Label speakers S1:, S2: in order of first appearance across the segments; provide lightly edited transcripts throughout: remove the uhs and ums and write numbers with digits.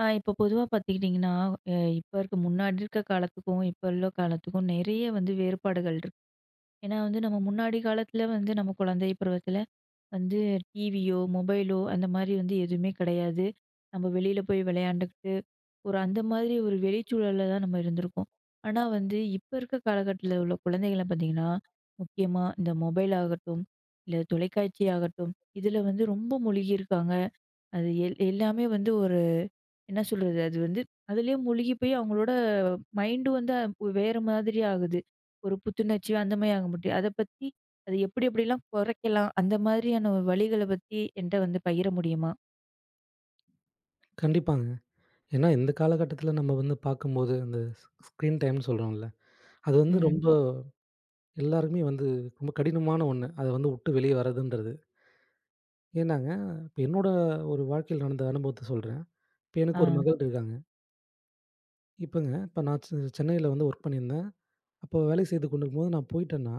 S1: ஆ இப்போ பொதுவா பார்த்துக்கிட்டிங்கன்னா, இப்ப இருக்க முன்னாடி இருக்க காலத்துக்கும், இப்ப உள்ள காலத்துக்கும் நெறைய வந்து வேறுபாடுகள் இருக்கு. ஏன்னா வந்து நம்ம முன்னாடி காலத்துல வந்து நம்ம குழந்தை பருவத்துல வந்து டிவியோ, மொபைலோ அந்த மாரி வந்து எதுவுமே கிடையாது. நம்ம வெளியில போய் விளையாண்டுக்கிட்டு, ஒரு அந்த மாதிரி ஒரு வெளிச்சூழல்ல தான் நம்ம இருந்திருக்கோம். ஆனா வந்து இப்ப இருக்க காலகட்டத்துல உள்ள குழந்தைகள்லாம் பார்த்தீங்கன்னா, முக்கியமா இந்த மொபைல் ஆகட்டும், இல்ல தொலைக்காட்சி ஆகட்டும், இதுல வந்து ரொம்ப மூழ்கி இருக்காங்க. அது எல்லாமே வந்து ஒரு என்ன சொல்றது? அது வந்து அதிலேயே மூழ்கி போய் அவங்களோட மைண்டும் வந்து வேற மாதிரி ஆகுது. ஒரு புத்துணர்ச்சியா அந்த மாரி ஆக முடியும். அத பத்தி அது எப்படி எப்படிலாம் குறைக்கலாம்? அந்த மாதிரியான வழிகள பத்தி என்ட்ட வந்து பகிர முடியுமா?
S2: கண்டிப்பாங்க. ஏன்னா, இந்த காலகட்டத்தில நம்ம வந்து பார்க்கும்போது, அந்த ஸ்க்ரீன் டைம்ன்னு சொல்றோம்ல. அது வந்து
S1: ம்.
S2: ரொம்ப எல்லாருக்குமே வந்து ரொம்ப கடினமான ஒண்ணு. அத வந்து உட்டு வெளிய வரதுன்றது. ஏன்னாங்க, இப்ப என்னோட ஒரு வாழ்க்கையில நடந்த அனுபவத்த சொல்றேன். இப்ப
S1: ஆ,
S2: எனக்கு ஒரு மகள் இருக்காங்க. இப்பங்க இப்ப நான் சென்னையில வந்து ஒர்க் பண்ணியிருந்தேன். அப்போ வேலை செய்து கொண்டிருக்கும்போது நான் போயிட்டேன்னா,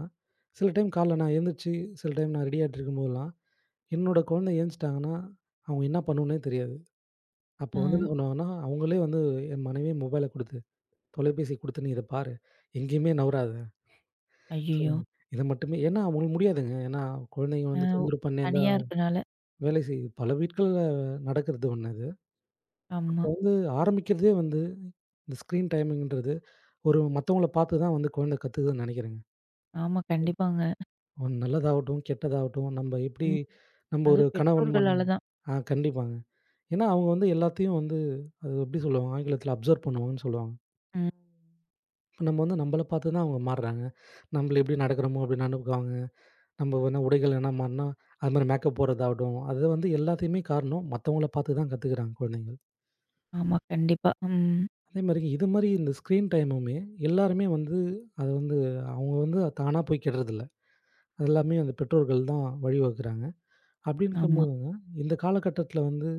S2: சில டைம் காலைல நான் எழுந்திரிச்சு, சில டைம் நான் ரெடி ஆயிட்டு இருக்கும்போதெல்லாம், என்னோட குழந்தை எழுந்துச்சுட்டாங்கன்னா, அவங்க என்ன பண்ணும்னே தெரியாது. அப்போ
S1: ஆ.
S2: வந்து என்ன பண்ணுவாங்கன்னா, அவங்களே வந்து என் மனைவியே மொபைல குடுத்துருவாங்க. தொலைபேசி குடுத்து நீ இத பாரு. எங்கேயுமே நவராத. ஸோ,
S1: ஐயய்யோ!
S2: இத மட்டுமே ஏன்னா அவங்களுக்கு முடியாதுங்க. ஏன்னா குழந்தைங்க
S1: ஆ
S2: வந்து தொந்தரவு பண்ணே இருந்தா
S1: தனியா இருக்கனால.
S2: வேலை செய்யுது. பல வீட்கள்ல நடக்கிறது ஒண்ணு அது.
S1: ஆமா,
S2: அப்போ வந்து ஆரம்பிக்கிறதே வந்து இந்த ஸ்க்ரீன் டைமிங்ன்றது ஒரு மத்தவங்கள பார்த்து தான் வந்து குழந்தை கத்துக்குதுன்னு நெனைக்கிறேங்க.
S1: ஆமா. கண்டிப்பாங்க.
S2: ஒண்ணு நல்லதாகட்டும், கெட்டதாகட்டும் நம்ம எப்படி
S1: ம்.
S2: நம்ம ஒரு
S1: அதுவும்
S2: கணவன் மன
S1: பெற்றோர்களால தான்.
S2: ஆ கண்டிப்பாங்க. ஏன்னா அவங்க வந்து எல்லாத்தையும் வந்து அது எப்படி சொல்லுவாங்க? ஆங்கிலத்தில அப்சர்வ் பண்ணுவாங்கன்னு சொல்லுவாங்க.
S1: ம். ம்.
S2: இப்ப நம்ம வந்து நம்மள பார்த்து தான் அவங்க மாறுறாங்க. நம்மள எப்படி நடக்கிறோமோ அப்படி நடந்துக்குவாங்க. நம்ம என்ன உடைகள் என்ன மாறினா, அது மாரி மேக்கப் போடுறதாகட்டும், அது வந்து எல்லாத்தையுமே காரணம் மத்தவங்கள பார்த்து தான் கத்துக்கிறாங்க குழந்தைகள்.
S1: ஆமா. கண்டிப்பா. ம்.
S2: அதே மாரி இது மாரி இந்த ஸ்க்ரீன் டைமுமே எல்லாருமே வந்து அது வந்து அவங்க வந்து தானா போய் கெடுறதில்ல. அது எல்லாமே அந்த பெற்றோர்கள் தான் வழிவகுக்குறாங்க. அப்படி
S1: ஆமா.
S2: இருக்கும்போதுங்க, இந்த காலகட்டத்தில வந்து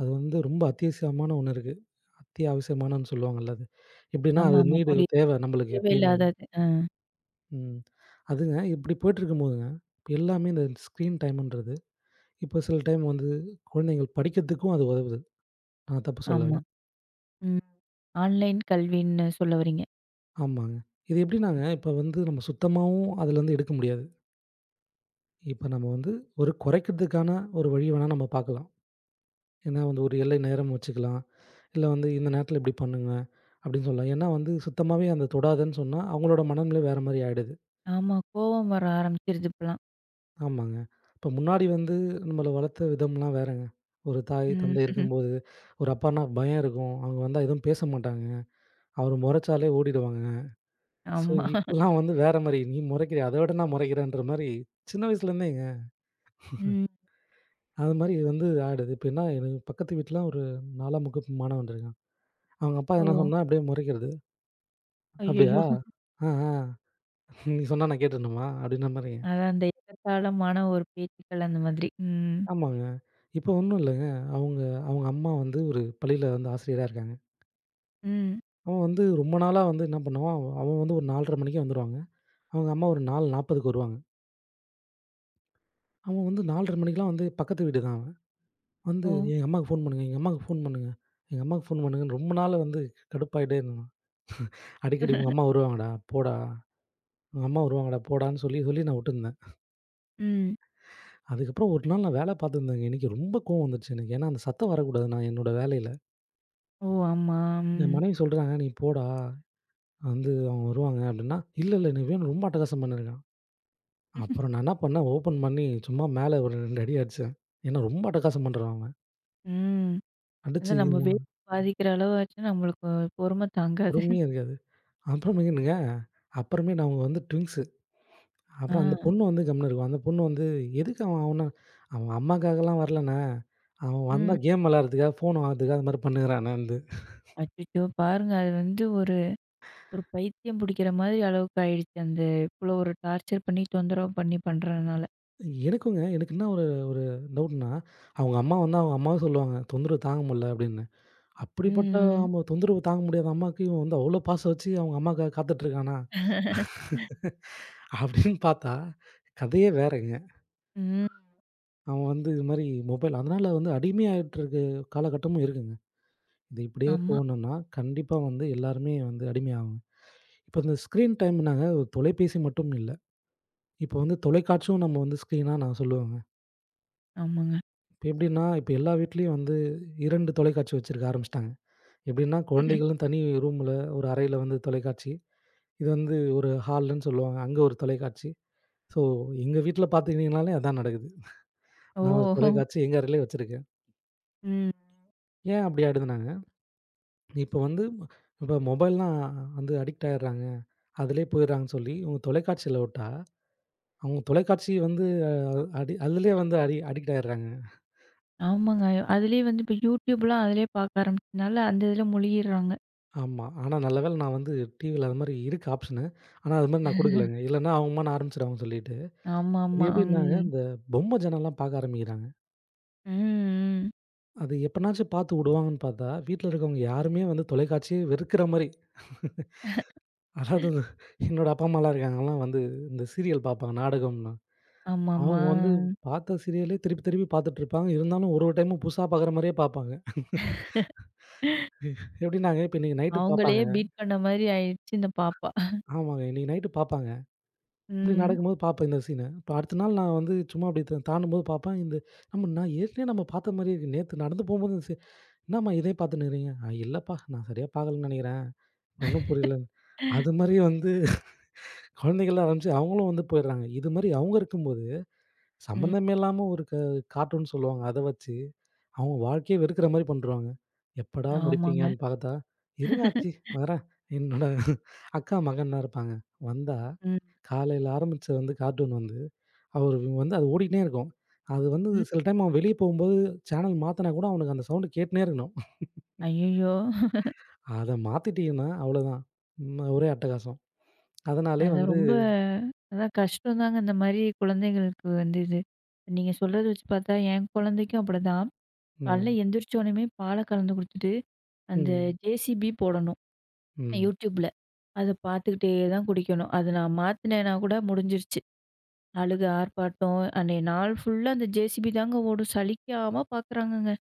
S2: அது வந்து ரொம்ப அத்தியாவசியமான ஒண்ணு இருக்கு. அத்தியாவசியமானன்னு சொல்லுவாங்கல்ல அது. எப்படின்னா
S1: ஆமா,
S2: அது
S1: ஆமா.
S2: நீடு
S1: புரியுது.
S2: தேவை நம்மளுக்கு எப்பயுமே.
S1: தேவையில்லாதது. ஆ,
S2: ம். அதுங்க இப்படி போயிட்டு இருக்கும்போதுங்க, எல்லாமே இந்த ஸ்க்ரீன் டைம்ன்றது இப்போ சில டைம் வந்து குழந்தைகள் படிக்கிறதுக்கும் அது உதவுது. நான் தப்பு சொல்லல.
S1: ஆமா. ம். ஆன்லைன் கல்வின்னு சொல்ல வரீங்க?
S2: ஆமாங்க. இது எப்படின்னாங்க, இப்போ வந்து நம்ம சுத்தமாவும் அதுலருந்து எடுக்க முடியாது. இப்போ நம்ம வந்து ஒரு குறைக்கிறதுக்கான ஒரு வழி வேணா நம்ம பார்க்கலாம். ஏன்னா வந்து ஒரு எல்லை நேரம் வச்சுக்கலாம். இல்ல வந்து இந்த நேரத்தில இப்படி பண்ணுங்க அப்படின்னு சொல்லலாம். ஏன்னா வந்து சுத்தமாவே அந்த தொடாதன்னு சொன்னா, அவங்களோட மனநிலை வேற மாரி ஆயிடுது.
S1: ஆமா. கோவம் வர ஆரம்பிச்சிருது இப்பலாம்.
S2: ஆமாங்க. இப்போ முன்னாடி வந்து நம்மள வளர்த்த விதம்லாம் வேறங்க. ஒரு தாய்,
S1: ம்.
S2: தந்தை இருக்கும்போது, ஒரு அப்பான்னா பயம் இருக்கும். அவங்க வந்தா எதுவும் பேச மாட்டாங்க. அவர் மொறச்சாலே ஓடிடுவாங்க. ஸோ,
S1: ஆமா.
S2: இப்பலாம் வந்து வேற மாரி, நீ மொறைக்கிறியா? அத விட நான் மொறைக்கிறேன்ற மாரி, சின்ன வயசுலேருந்தேங்க.
S1: ம்.
S2: அது மாரி வந்து ஆயிடுது. எப்படின்னா, எனக்கு பக்கத்து வீட்ல ஒரு 4ஆம் வகுப்பு மாணவன் இருக்கான். அவங்க அப்பா என்ன
S1: ஓ!
S2: சொன்னா அப்படியே மொறைக்கிறது.
S1: ஐயய்யோ!
S2: "அப்படியா? ஆ, ஆ. நீ சொன்னா நான் கேட்டுடணுமா?" அப்படின்ற மாரிங்க.
S1: அதான் அந்த எகத்தாளமான ஒரு பேச்சுக்கள் அந்த மாதிரி. ம்.
S2: ஆமாங்க. இப்போ ஒண்ணும் இல்லங்க. அவங்க அவங்க அம்மா வந்து ஒரு பள்ளியில வந்து ஆசிரியரா இருக்காங்க.
S1: ம்.
S2: அவன் வந்து ரொம்ப நாளா வந்து என்ன பண்ணுவான், அவன் வந்து ஒரு 4:30 மணிக்கு வந்துருவாங்க. அவங்க அம்மா ஒரு 4:40க்கு வருவாங்க. அவன் வந்து 4:30 மணிக்கெல்லாம் வந்து பக்கத்து வீடு தான் அவன். வந்து
S1: ஓ!
S2: எங்க அம்மாக்கு ஃபோன் பண்ணுங்க, எங்க அம்மாக்கு ஃபோன் பண்ணுங்க, எங்க அம்மாக்கு ஃபோன் பண்ணுங்கன்னு ரொம்ப நாளா வந்து கடுப்பாயிட்டே இருந்தேன். அடிக்கடி "உங்க அம்மா வருவாங்கடா, போடா. உங்க அம்மா வருவாங்கடா, போடான்னு" சொல்லி, நான் விட்டுருந்தேன்.
S1: ம்.
S2: அதுக்கப்புறம் ஒரு நாள் நான் வேலை பார்த்துருந்தேங்க. எனக்கு ரொம்ப கோவம் வந்துருச்சு எனக்கு. ஏன்னா அந்த சத்தம் வரக்கூடாது நான் என்னோட வேலையில.
S1: ஓ! ஆமா. ம்.
S2: என் மனைவி சொல்றாங்க, "நீ போடா, வந்து அவங்க வருவாங்க" அப்படின்னா, "இல்ல, இல்ல எனக்கு வேணும்" ரொம்ப அட்டகாசம் பண்ணியிருக்கான். அப்புறம் நான் என்ன பண்ணேன், ஓப்பன் பண்ணி சும்மா மேல ஒரு 2 அடி அடிச்சேன். ஏன்னா ரொம்ப அட்டகாசம் பண்றான் அவன்.
S1: ம்.
S2: அடிச்சு
S1: அதான் நம்ம வேலை பாதிக்கிற அளவாச்சும் நம்மளுக்கு பொறும தாங்காது.
S2: பொறுமையே இருக்காது. அப்புறமேட்டுங்க அப்புறமே நான் அவங்க வந்து ட்விங்ஸ் அப்புறம் அந்த
S1: ஆ.
S2: பொண்ணு வந்து கம்முனு இருக்கும். அந்த பொண்ணு வந்து எதுக்கு அவன அவன் அம்மாக்காகலாம் வரலண்ணே. அவன் வந்தா
S1: ம்.
S2: கேம் விளையாடுறதுக்காக, ஃபோன் வாங்குறதுக்காக அது மாரி பண்ணுகிறானேன்து.
S1: அச்சச்சோ! பாருங்க அது வந்து ஒரு ஒரு பைத்தியம் பிடிக்கிற மாதிரி அளவுக்கு ஆயிடுச்சு. அந்த இவ்வளோ ஒரு டார்ச்சர் பண்ணி, தொந்தரவு பண்ணி பண்றதுனால.
S2: எனக்குங்க எனக்கு என்ன ஒரு ஒரு டவுட்ன்னா, அவங்க அம்மா வந்தா அவங்க அம்மாவும் சொல்லுவாங்க, தொந்தரவு தாங்க முடியல அப்படின்னு. அப்படிப்பட்ட
S1: ம்.
S2: ஆமா தொந்தரவு தாங்க முடியாத அம்மாவுக்கு இவன் வந்து அவ்வளோ பாசம் வச்சு அவங்க அம்மாக்காக காத்துட்ருக்கானா?
S1: ம்.
S2: அப்படின்னு பார்த்தா, கதையே வேறங்க.
S1: ம்.
S2: அவன் வந்து இது மாரி மொபைல் அதனால வந்து அடிமையாயிட்டுருக்க காலகட்டமும் இருக்குங்க. இது இப்படியே
S1: ஆமா.
S2: போணும்னா, கண்டிப்பா வந்து எல்லாருமே வந்து அடிமையாவாங்க. இப்ப இந்த ஸ்க்ரீன் டைம் நாங்க தொலைபேசி மட்டும் இல்ல. இப்ப வந்து தொலைக்காட்சியும் நம்ம வந்து ஸ்க்ரீனா நான் சொல்லுவேங்க.
S1: ஆமாங்க.
S2: இப்ப எப்படின்னா, இப்ப எல்லா வீட்லயும் வந்து 2 தொலைக்காட்சி வச்சிருக்க ஆரம்பிச்சுட்டாங்க. எப்படின்னா, குழந்தைகள்னு தனி ரூம்ல ஒரு அறையில வந்து தொலைக்காட்சி. இது வந்து ஒரு ஹால்ன்னு சொல்லுவாங்க. அங்க ஒரு தொலைக்காட்சி. ஸோ எங்க வீட்ல பார்த்துக்கிட்டீங்கனாலே அதான் நடக்குது.
S1: ஓ!
S2: நான் ஒரு தொலைக்காட்சி எங்க அறையிலே வச்சிருக்கேன்.
S1: ம்.
S2: ஏன் அப்படி ஆயிடுதுனாங்க, இப்ப வந்து இப்ப மொபைல்லாம் வந்து அடிக்ட் ஆயிடுறாங்க. அதிலேயே போயிடுறாங்கன்னு சொல்லி உங்க தொலைக்காட்சியில விட்டா அவங்க தொலைக்காட்சி வந்து அடி அதிலயே வந்து அடிக்ட் ஆயிடுறாங்க.
S1: ஆமாங்க. அதுலயே வந்து இப்ப YouTubeலாம் அதிலயே பார்க்க ஆரம்பிச்சதுனால, அந்த இதுல முழுகிடுறாங்க.
S2: ஆமா. ஆனா நல்ல வேள நான் வந்து டிவில அது மாரி இருக்கு ஆப்ஷனு. ஆனா அது மாரி நான் குடுக்கலங்க. இல்லன்னா அவமான்னு ஆரம்பிச்சுடுவாங்கன்னு சொல்லிட்டு. அது
S1: ஆமாமா.
S2: எப்படின்னாங்க,
S1: ம்.
S2: இந்த பொம்மை ஜனம்லாம் பார்க்க ஆரம்பிக்கிறாங்க.
S1: ம், ம்.
S2: அது எப்பனாச்சும் பார்த்து உடுவாங்கன்னு பார்த்தா, வீட்ல இருக்கவங்க யாருமே வந்து தொலைக்காட்சியே வெறுக்கிற மாரி. அதாவது வந்து என்னோட அப்பா அம்மாலாம் இருக்காங்கலாம் வந்து இந்த சீரியல் பார்ப்பாங்க, நாடகம்னா.
S1: ஆமாமா.
S2: அவங்க வந்து பார்த்த சீரியலே திருப்பி திருப்பி பார்த்துட்டு இருப்பாங்க. இருந்தாலும் ஒரு ஒரு டைமும் புதுசா பார்க்குற மாரியே பார்ப்பாங்க. எப்படின்னாங்க, இப்ப இன்னைக்கு நைட்டு
S1: அவங்களே
S2: பார்ப்பாங்க.
S1: பீட் பண்ண மாரி ஆயிடுச்சு இந்த பாப்பா.
S2: ஆமாங்க. இன்னைக்கு நைட்டு பார்ப்பாங்க. இப்டி
S1: ம்,
S2: நடக்கும்போது பார்ப்பேன் இந்த சீன. இப்ப அடுத்த நாள் நான் வந்து சும்மா அப்டி தாண்டும்போது பார்ப்பேன். இந்த நான் ஏற்கனவே நம்ம பார்த்த மாரியே இருக்கு. நேத்து நடந்து போம்போது இந்த சீ "என்னாம்மா இதே பார்த்துன்னு இருக்கிறீங்க?" "அ இல்லப்பா நான் சரியா பார்க்கலன்னு நெனைக்கிறேன். ஒண்ணும் புரியலன்னு." அது மாரி வந்து குழந்தைகள்லாம் ஆரம்பிச்சு அவங்களும் வந்து போயிடுறாங்க. இது மாரி அவங்க இருக்கும்போது,
S1: ம்.
S2: சம்மந்தமே இல்லாம ஒரு கார்ட்டூன் சொல்லுவாங்க. அத வச்சு அவங்க வாழ்க்கையே வெறுக்கிற மாரி பண்ருவாங்க. எப்படா
S1: ஆமாங்க.
S2: முடிப்பீங்கன்னு பார்த்தா, "இருங்க ஆச்சி வரேன்." என்னோட அக்கா மகன்லாம் இருப்பாங்க. வந்தா
S1: ம்,
S2: காலையில ஆரம்பிச்ச வந்து கார்ட்டூன் வந்து அவரு வந்து அது ஓடிக்கிட்டே இருக்கும். அது வந்து
S1: ம்.
S2: சில டைம் அவன் வெளிய போகும்போது சேனல் மாத்துனா கூட அவனுக்கு அந்த சவுண்ட் கேட்டுன்னே இருக்கணும்.
S1: ஐயய்யோ!
S2: அத மாத்திட்டீங்கன்னா அவ்வளோதான். ம் ஒரே அட்டகாசம். அதனாலயே
S1: அதான்
S2: வந்து
S1: ரொம்ப அதான் கஷ்டம் தாங்க இந்த மாரி குழந்தைகளுக்கு வந்து இது. நீங்க சொல்றத வச்சு பார்த்தா, என் குழந்தைக்கும் அப்படிதான். காலைல
S2: ம்,
S1: எந்திரிச்ச உடனேயுமே பால கலந்து குடுத்துட்டு, அந்த
S2: ம்,
S1: ஜேசிபி போடணும்.
S2: ம்.
S1: YouTubeல. அத பார்த்துக்கிட்டே தான் குடிக்கணும். அது நான் மாத்துனேன்னா கூட முடிஞ்சிருச்சு. அழுக, ஆர்ப்பாட்டம் அன்னைய நாள் ஃபுல்லா அந்த ஜேசிபி தாங்க ஓடும். சலிக்காம பார்க்குறாங்கங்க.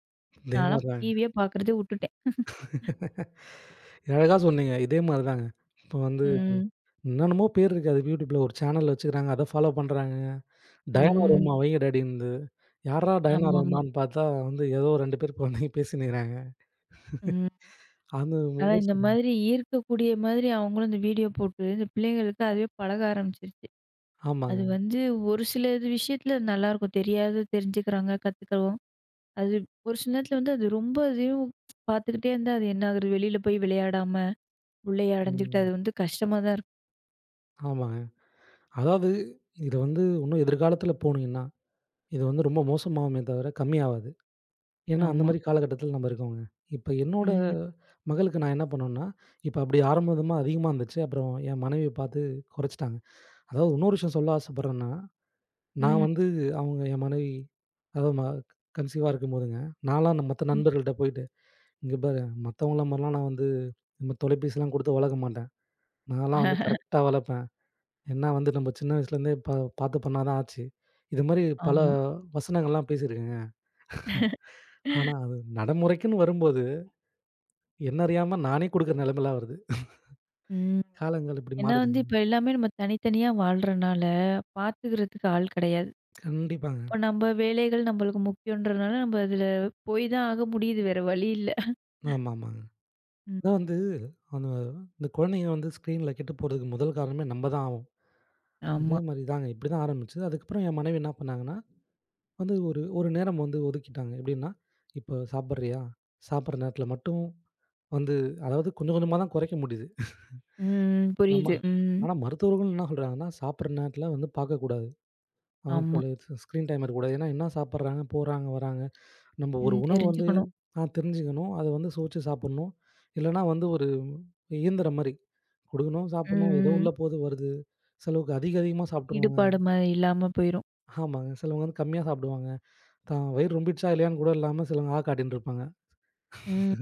S2: இதே
S1: நான்லாம்
S2: மாரி தாங்க.
S1: டிவியே பார்க்குறதே விட்டுட்டேன்.
S2: அழகா சொன்னீங்க. இதே மாரி தாங்க. இப்போ வந்து
S1: ம்.
S2: என்னென்னமோ பேர் இருக்கு அது யூடியூப்ல ஒரு சேனல் வச்சுக்கிறாங்க. அத ஃபாலோ பண்றாங்க. டயனா
S1: ம்.
S2: ரோமா வைங்க டாடின்னுது. யார்ரா டயனா
S1: ஆமாமா.
S2: ரோமான்னு பார்த்தா வந்து ஏதோ 2 பேர் குழந்தைங்க பேசின்னுருக்கிறாங்க.
S1: ம்.
S2: அது
S1: அதான்
S2: ஒரு
S1: இந்த
S2: சில
S1: மாதிரி ஈர்க்கக்கூடிய மாதிரி அவங்களும் இந்த வீடியோ போட்டு, இந்த பிள்ளைங்களுக்கு அதுவே பழக ஆரம்பிச்சிருச்சு. அது
S2: ஆமாங்க.
S1: வந்து ஒரு சில இது விஷயத்துல நல்லாயிருக்கும். தெரியாதது தெரிஞ்சுக்கிறாங்க, கத்துக்கிறோம். அது ஒரு சில நேரத்துல வந்து அது ரொம்ப இதையும் பார்த்துக்கிட்டே இருந்தா அது என்ன ஆகுறது? வெளியில போய் விளையாடாம உள்ளேயே அடைஞ்சுக்கிட்டு
S2: ம்.
S1: அது வந்து கஷ்டமா தான் இருக்கும்.
S2: ஆமாங்க. அதாவது இது வந்து இன்னும் எதிர்காலத்தில போனீங்கன்னா இது வந்து ரொம்ப மோசமாகுமே தவிர கம்மியாவாது. ஏன்னா, அந்த
S1: ஆமா.
S2: மாரி காலகட்டத்தில நம்ம இருக்கோங்க. இப்ப என்னோட
S1: ம்.
S2: மகளுக்கு நான் என்ன பண்ணேன்னா, இப்ப அப்படி ஆரம்பமா அதிகமா இருந்துச்சு. அப்புறம் என் மனைவிய பார்த்து குறைச்சுட்டாங்க. அதாவது இன்னொரு விஷயம் சொல்ல ஆசைப்படுறேன்னா, நான்
S1: ம்.
S2: வந்து அவங்க என் மனைவி அதாவது ம கன்சீவா இருக்கும்போதுங்க, நான்லாம் மத்த
S1: ம்.
S2: நண்பர்கள்ட்ட போயிட்டு, "இங்க பாரு மத்தவங்கள மாரிலாம் நான் வந்து இந்த தொலைபேசிலாம் குடுத்து வளர்க்க மாட்டேன். நான்லாம் வந்து கரெக்ட்டா வளர்ப்பேன். ஏன்னா வந்து நம்ம சின்ன வயசுலேருந்தே பார்த்து பண்ணா தான் ஆச்சு." இது மாரி பல
S1: ஆமா.
S2: வசனங்கள்லாம் பேசியிருக்கேன். ஆனா, அது நடைமுறைக்குன்னு வரும்போது, என்ன அறியாம நானே குடுக்குற நெலைமைலாம் வருது.
S1: ம்.
S2: காலங்கள் இப்படி
S1: ஏன்னா வந்து
S2: மாறுதுங்க.
S1: இப்ப எல்லாமே நம்ம தனித்தனியா வாழ்றனால, பார்த்துக்கிறதுக்கு ஆள் கிடையாது.
S2: கண்டிப்பாங்க.
S1: இப்ப நம்ம வேலைகள் நம்மளுக்கு முக்கியன்றனால, நம்ம அதுல போய் தான் ஆக முடியுது. வேற வழி இல்ல.
S2: ஆமாமாங்க.
S1: ம்.
S2: அதான் வந்து அந்த இந்த குழந்தைங்க வந்து ஸ்க்ரீன்ல கெட்டு போறதுக்கு முதல் காரணமே நம்ம தான் ஆவோம். அதே
S1: ஆமா.
S2: மாரி தாங்க. இப்படி தான் ஆரம்பிச்சது. அதுக்கப்புறம் என் மனைவி என்ன பண்ணாங்கன்னா, வந்து ஒரு ஒரு நேரம் வந்து ஒதுக்கிட்டாங்க. எப்படின்னா, "இப்போ சாப்பிடுறியா? சாப்பிடுற நேரத்தில மட்டும் வந்து" அதாவது கொஞ்சம் கொஞ்சமா தான் குறைக்க முடியுது.
S1: ம்.
S2: நம்ம
S1: புரியுது. ம்.
S2: ஆனா மருத்துவர்கள் என்ன சொல்றாங்கன்னா, "சாப்பிடுற நேரத்தில வந்து பார்க்கக்கூடாது. அவன்
S1: ஆமா.
S2: தொலை ஸ்க்ரீன் டைம் இருக்கக்கூடாது." ஏன்னா, என்ன சாப்பிடுறாங்க, போறாங்க, வராங்க. நம்ம ஒரு
S1: ம்.
S2: உணவு வந்து
S1: தெரிஞ்சுக்கணும்.
S2: ஆ தெரிஞ்சுக்கணும். அத வந்து சுவைச்சு சாப்புட்ணும். இல்லன்னா வந்து ஒரு இயந்திரம் மாரி. குடுக்கணும், சாப்புட்ணும். ஏதோ
S1: ம். ம்.
S2: உள்ள போது வருது. சிலவுக்கு அதிக அதிகமா சாப்ட்டுருவாங்க.
S1: ஈடுபாடு மாரி இல்லாம போயிரும்.
S2: ஆமாங்க. சிலவங்க வந்து கம்மியா சாப்டுவாங்க. தான் வயிறு ரொம்பிடுச்சா இல்லையான்னு கூட இல்லாம சிலவங்க ஆ காட்டின்ட்டு இருப்பாங்க.
S1: ம்.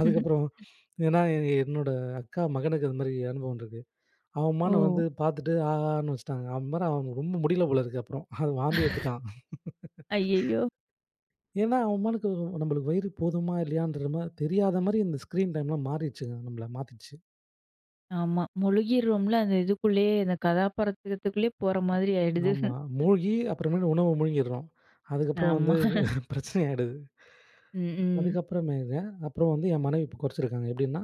S2: அதுக்கப்புறம் ஏன்னா என்னோட அக்கா மகனுக்கு அது மாரி அனுபவம் இருக்கு. அவன்
S1: ஓ!
S2: அம்மான்னு வந்து பாத்துட்டு ஆ ஆன்னு வச்சுட்டாங்க. அவன் மாரி அவனுக்கு ரொம்ப முடியல போல இருக்கு அப்புறம். அது வாந்தி எடுத்துட்டான்.
S1: ஐயய்யோ!
S2: ஏன்னா, அவமானுக்கு நம்மளுக்கு வயிறு போதுமா இல்லையான்ற மாரி தெரியாத மாரி இந்த ஸ்க்ரீன் டைம்லாம் மாறிடுச்சுங்க. நம்மள மாத்திடுச்சு.
S1: ஆமா. முழுகிர்றோம்ல அந்த இதுக்குள்ளேயே, அந்த கதாபாத்திரத்துக்குள்ளேயே போற மாதிரி ஆயிடுது.
S2: ஆமா. மூழ்கி அப்புறமேலு உணவு முழுங்கிடுறோம். அதுக்கப்புறம்
S1: ஆமா.
S2: வந்து பிரச்சனை ஆயிடுது.
S1: ம், ம்.
S2: அதுக்கப்புறமேங்க அப்புறம் வந்து என் மனைவி இப்ப குறைச்சிருக்காங்க. எப்படின்னா,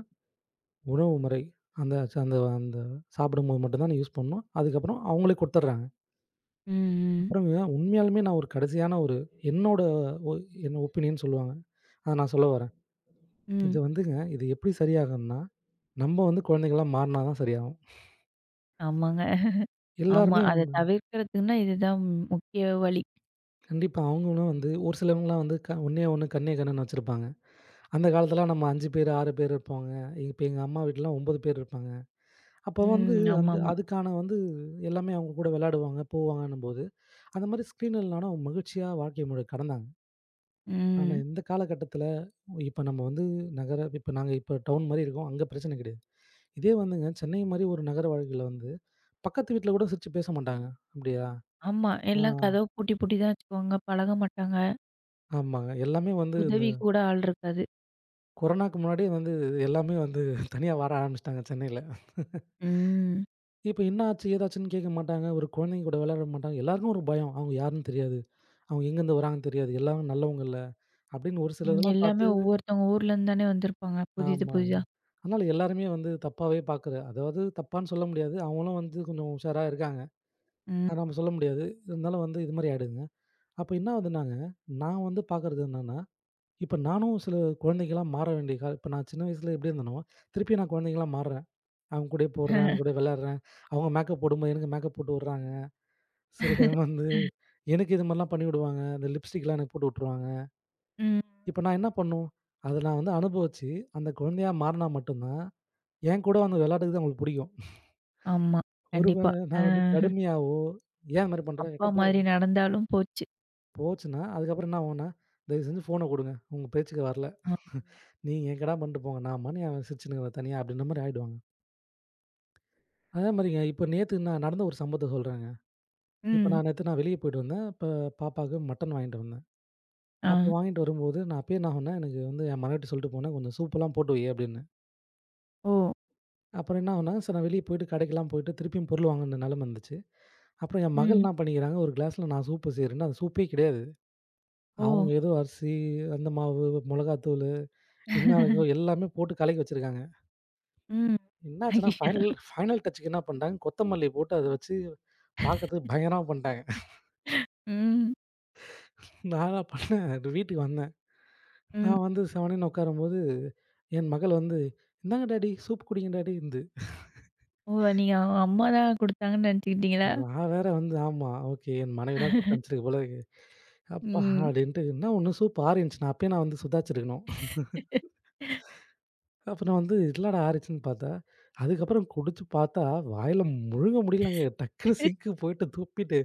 S2: உணவு முறை அந்த ச- அந்த அந்த சாப்பிடும்போது மட்டும் தான் யூஸ் பண்ணணும். அதுக்கப்புறம் அவங்களே குடுத்துடுறாங்க.
S1: ம், ம்.
S2: அப்புறம் ஏன் உண்மையாலுமே நான் ஒரு கடைசியான ஒரு என்னோட ஒ என்ன ஒப்பீனியன் சொல்லுவாங்க. அத நான் சொல்ல வரேன். இது
S1: ம்.
S2: வந்துங்க இது எப்படி சரியாகும்னா, நம்ம வந்து குழந்தைகளா மாறினா தான் சரியாகும்.
S1: ஆமாங்க. ஆமா.
S2: எல்லாருமே
S1: அத
S2: வந்து
S1: தவிர்க்கிறதுக்குன்னா, இதுதான் முக்கிய வழி.
S2: கண்டிப்பா. அவங்களும் வந்து ஒரு சிலவங்கலாம் வந்து ஒண்ணே ஒண்ணு கண்ணே கண்ணுன்னு வச்சிருப்பாங்க. அந்த காலத்துலலாம் நம்ம 5 பேரு, 6 பேரு இருப்போங்க. இப்ப எங்க அம்மா வீட்லலாம் 9 பேர் இருப்பாங்க. அப்போ வந்து
S1: ம்.
S2: அந்த
S1: ஆமாமா.
S2: அதுக்கான வந்து எல்லாமே அவங்க கூட விளையாடுவாங்க, போவாங்கன்னும்போது, அந்த மாரி ஸ்க்ரீன் இல்லனாலும் அவங்க மகிழ்ச்சியா வாழ்க்கை முறை கடந்தாங்க. ஆனா
S1: ம்.
S2: இந்த காலகட்டத்தில இப்ப நம்ம வந்து நகர இப்ப நாங்க இப்ப டவுன் மாரி இருக்கோம். அங்க பிரச்சனை கிடையாது. இதே வந்துங்க சென்னை மாரி ஒரு நகர வாழ்க்கையில வந்து பக்கத்து வீட்ல கூட சிரிச்சு பேச மாட்டாங்க. அப்படியா?
S1: ஆமா.
S2: ஆ
S1: எல்லாம் கதவு பூட்டி பூட்டி தான் வச்சுக்குவாங்க. பழக மாட்டாங்க.
S2: ஆமாங்க. எல்லாமே வந்து இந்த
S1: உதவி கூட ஆள் இருக்காது.
S2: கொரோனாக்கு முன்னாடியே வந்து எல்லாமே வந்து தனியா வர ஆரம்பிச்சுட்டாங்க சென்னையில.
S1: ம்.
S2: இப்ப என்ன ஆச்சு? ஏதாச்சுன்னு கேட்க மாட்டாங்க. ஒரு குழந்தைங்க கூட விளையாட மாட்டாங்க. எல்லாருக்கும் ஒரு பயம். அவங்க யாருன்னு தெரியாது. அவங்க எங்கேருந்து வராங்கன்னு தெரியாது. எல்லாரும் நல்லவங்க இல்ல. அப்படின்னு ஒரு சில
S1: ம்.
S2: இதெல்லாம்
S1: எல்லாமே
S2: பார்த்து
S1: ஒவ்வொருத்தவங்க ஊர்லேருந்து தானே வந்திருப்பாங்க. புதிது
S2: ஆமாங்க.
S1: புதிதா.
S2: அதனால எல்லாருமே வந்து தப்பாவே பார்க்குற அதாவது தப்பான்னு சொல்ல முடியாது. அவங்களும் வந்து கொஞ்சம் உஷாரா இருக்காங்க.
S1: ம்.
S2: அத நம்ம சொல்ல முடியாது. இருந்தாலும் வந்து இது மாரி ஆயிடுதுங்க. அப்ப என்ன ஆகுதுன்னாங்க, நான் வந்து பார்க்குறது என்னன்னா, இப்ப நானும் சில குழந்தைகளா மாற வேண்டிய கால இப்ப நான் சின்ன வயசுல எப்படி இருந்தேனோ, திருப்பி நான் குழந்தைகளா மாறுறேன். அவன் கூடயே போடுறேன், அவன் கூடயே விளையாடுறேன். அவங்க மேக்கப் போடும்போது எனக்கு மேக்கப் போட்டு விடுறாங்க. சில டைம் வந்து எனக்கு இது மாரிலாம் பண்ணி விடுவாங்க. இந்த லிப்ஸ்டிக்லாம் எனக்கு போட்டு விட்டுருவாங்க.
S1: ம்.
S2: இப்ப நான் என்ன பண்ணும்? அத நான் வந்து அனுபவிச்சு, அந்த குழந்தையா மாறுனா மட்டும் தான், என் கூட வந்து விளையாடுறது அவங்களுக்கு பிடிக்கும்.
S1: ஆமா.
S2: ஒரு
S1: கண்டிப்பா.
S2: வேள நான் வந்து
S1: அ.
S2: கடுமையாவோ, "ஏன் இது மாரி பண்ற?
S1: அப்பா
S2: என்ட்ட போ"
S1: மாதிரி நடந்தாலும் போச்சு.
S2: போச்சுன்னா, அதுக்கப்புறம் என்ன ஆகும்னா, "தயவு செஞ்சு ஃபோன குடுங்க. உங்க பேச்சுக்கு வரல.
S1: அ.
S2: நீங்க என்கடா பண்ணிட்டு போங்க. நான் பாட்டுக்கு அவன் சிரிச்சுன்னு இருக்கிறான் தனியா" அப்படின்ற மாரி ஆயிடுவாங்க. அதே மாரிங்க இப்ப நேத்து நான் நடந்த ஒரு சம்பவத்த சொல்றேன். இப்ப
S1: ம்.
S2: நான் நேத்து நான் வெளிய போயிட்டு வந்தேன். அப்ப பாப்பாவுக்கு மட்டன் வாங்கிட்டு வந்தேன்.
S1: ஆ.
S2: அப்ப வாங்கிட்டு வரும்போது நான் அப்பயே என்ன ஆகும்னா, எனக்கு வந்து என் மனைவிட்ட சொல்லிட்டு போனேன், "கொஞ்சம் சூப்பெல்லாம் போட்டு வை" அப்படின்னு.
S1: ஓ!
S2: அப்புறம் என்ன ஆகும்னா, சரி நான் வெளிய போயிட்டு கடைக்கெல்லாம் போயிட்டு திருப்பியும் பொருள் வாங்குன நெலம இருந்துச்சு. அப்புறம் என் மகள்
S1: ம்.
S2: என்ன பண்ணிக்கிறாங்க, ஒரு கிளாஸ்ல நான் சூப்பு செய்றேன்னா, அது சூப்பே கிடையாது.
S1: ஓ!
S2: அவங்க ஏதோ அரிசி, அந்த மாவு, மொளகாத்தூளு, என்ன இருக்கோ எல்லாமே போட்டு கலக்கி வச்சிருக்காங்க.
S1: ம்.
S2: என்னாச்சுன்னா,
S1: ஐயய்யோ!
S2: ஃபைனல் ஃபைனல் டச்சுக்கு என்ன பண்ட்டாங்க, கொத்தமல்லி போட்டு அத வச்சு பாக்கறதுக்கு பயங்கரமா பண்ட்டாங்க.
S1: ம்.
S2: நான் என்ன பண்ணேன், வீட்டுக்கு வந்தேன். நான்
S1: ம்.
S2: வந்து செவனேன்னு உட்காரும்போது, என் மகள் வந்து, "இந்தாங்க டாடி, சூப் குடிங்க டாடி" ன்து.
S1: ஓ! நீங்க அவங்க அம்மா தான் குடுத்தாங்கன்னு நெனச்சுக்கிட்டீங்களா?
S2: நான் வேற வந்து ஆமா, ஓகே. என் மனைவி தான் குடுத்து அனுப்பிச்சிருக்கு போல இருக்கு. அப்பா!
S1: ம்.
S2: அப்படின்ட்டு என்ன ஒண்ணு சூப் ஆறிருந்துச்சு. நான் அப்பயே வந்து சுதாச்சிருக்கணும். அப்புறம் வந்து இல்லடா ஆறிச்சுன்னு பார்த்தா, அதுக்கப்புறம் குடிச்சு பார்த்தா, வாயில முழுங்க முடியலங்க. டக்குனு சிங்க்கு போயிட்டு துப்பிட்டு,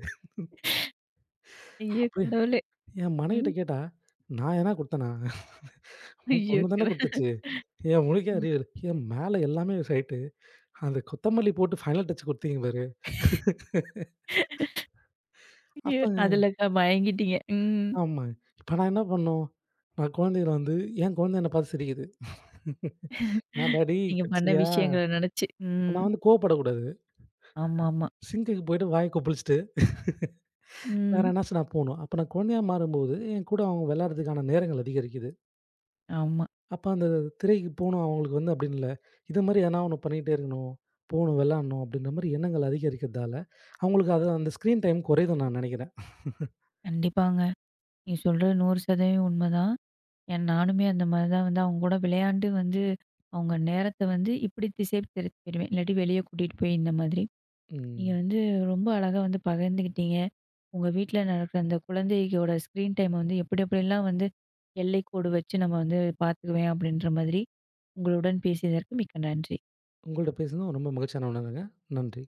S1: ஐயோ
S2: அப்படியே
S1: கடவுளே!
S2: என் மனைவிட்ட
S1: ம்.
S2: கேட்டா, "நான் எதனா குடுத்தேனா? உன்
S1: ஐயோ
S2: பொண்ணு தானே
S1: கடவுளே!
S2: குடுத்துச்சு. என் முழிக்க
S1: ம்.
S2: அறிவு இல்ல. என் மேல எல்லாமே ரைட்டு. அந்த கொத்தமல்லி போட்டு ஃபைனல் டச் குடுத்தீங்க பாரு."
S1: ஐயோ!
S2: அப்பங்க
S1: அதுலக்கா மயங்கிட்டீங்க. ம்.
S2: ஆமா. இப்ப நான் என்ன பண்ணும்? நான் குழந்தைகள வந்து என் குழந்தை என்ன பார்த்து சிரிக்குது. நான் டாடி
S1: நீங்க பண்ண
S2: கட்சியா
S1: விஷயங்கள நெனச்சு. ம்.
S2: நான் வந்து கோவப்படக்கூடாது.
S1: ஆமாமா.
S2: சிங்குக்கு போயிட்டு வாய கொப்பளிச்சுட்டு வேற
S1: ம்.
S2: என்னாச்சு நான் போணும். அப்ப நான் குழந்தையா மாறும்போது, என் கூட அவங்க விளையாடுறதுக்கான நேரங்கள் அதிகரிக்குது.
S1: ஆமா.
S2: அப்ப அந்த திரைக்கு போணும் அவங்களுக்கு வந்து அப்படின்னு இல்ல. இது மாரி எதனா ஒண்ணு பண்ணிட்டே இருக்கணும். போணும் விளையாடணும் அப்படின்ற மாரி எண்ணங்கள் அதிகரிக்கிறதால, அவங்களுக்கு அது அந்த ஸ்க்ரீன் டைம் குறையுதுன்னு நான் நினைக்கிறேன்.
S1: கண்டிப்பாங்க. நீங்க சொல்றது 100% உண்மதான். ஏன் நானுமே அந்த மாரி தான் வந்து அவங்க கூட விளையாண்டு வந்து, அவங்க நேரத்த வந்து இப்படி திசை திருப்பிருவேன். இல்லாட்டி வெளிய கூட்டிட்டு போய் இந்த மாதிரி. நீங்க
S2: ம்.
S1: வந்து ரொம்ப அழகா வந்து பகிர்ந்துக்கிட்டீங்க. உங்க வீட்ல நடக்கிற அந்த குழந்தையோட ஸ்க்ரீன் டைம் வந்து எப்படி எப்படிலாம் வந்து எல்லைக்கோடு வச்சு நம்ம வந்து பார்த்துக்குவேன் அப்படின்ற மாதிரி உங்களுடன் பேசியதற்கு மிக்க நன்றி.
S2: உங்கள்ட்ட பேசுனது ரொம்ப மகிழ்ச்சியான உணர்வுங்க. நன்றி.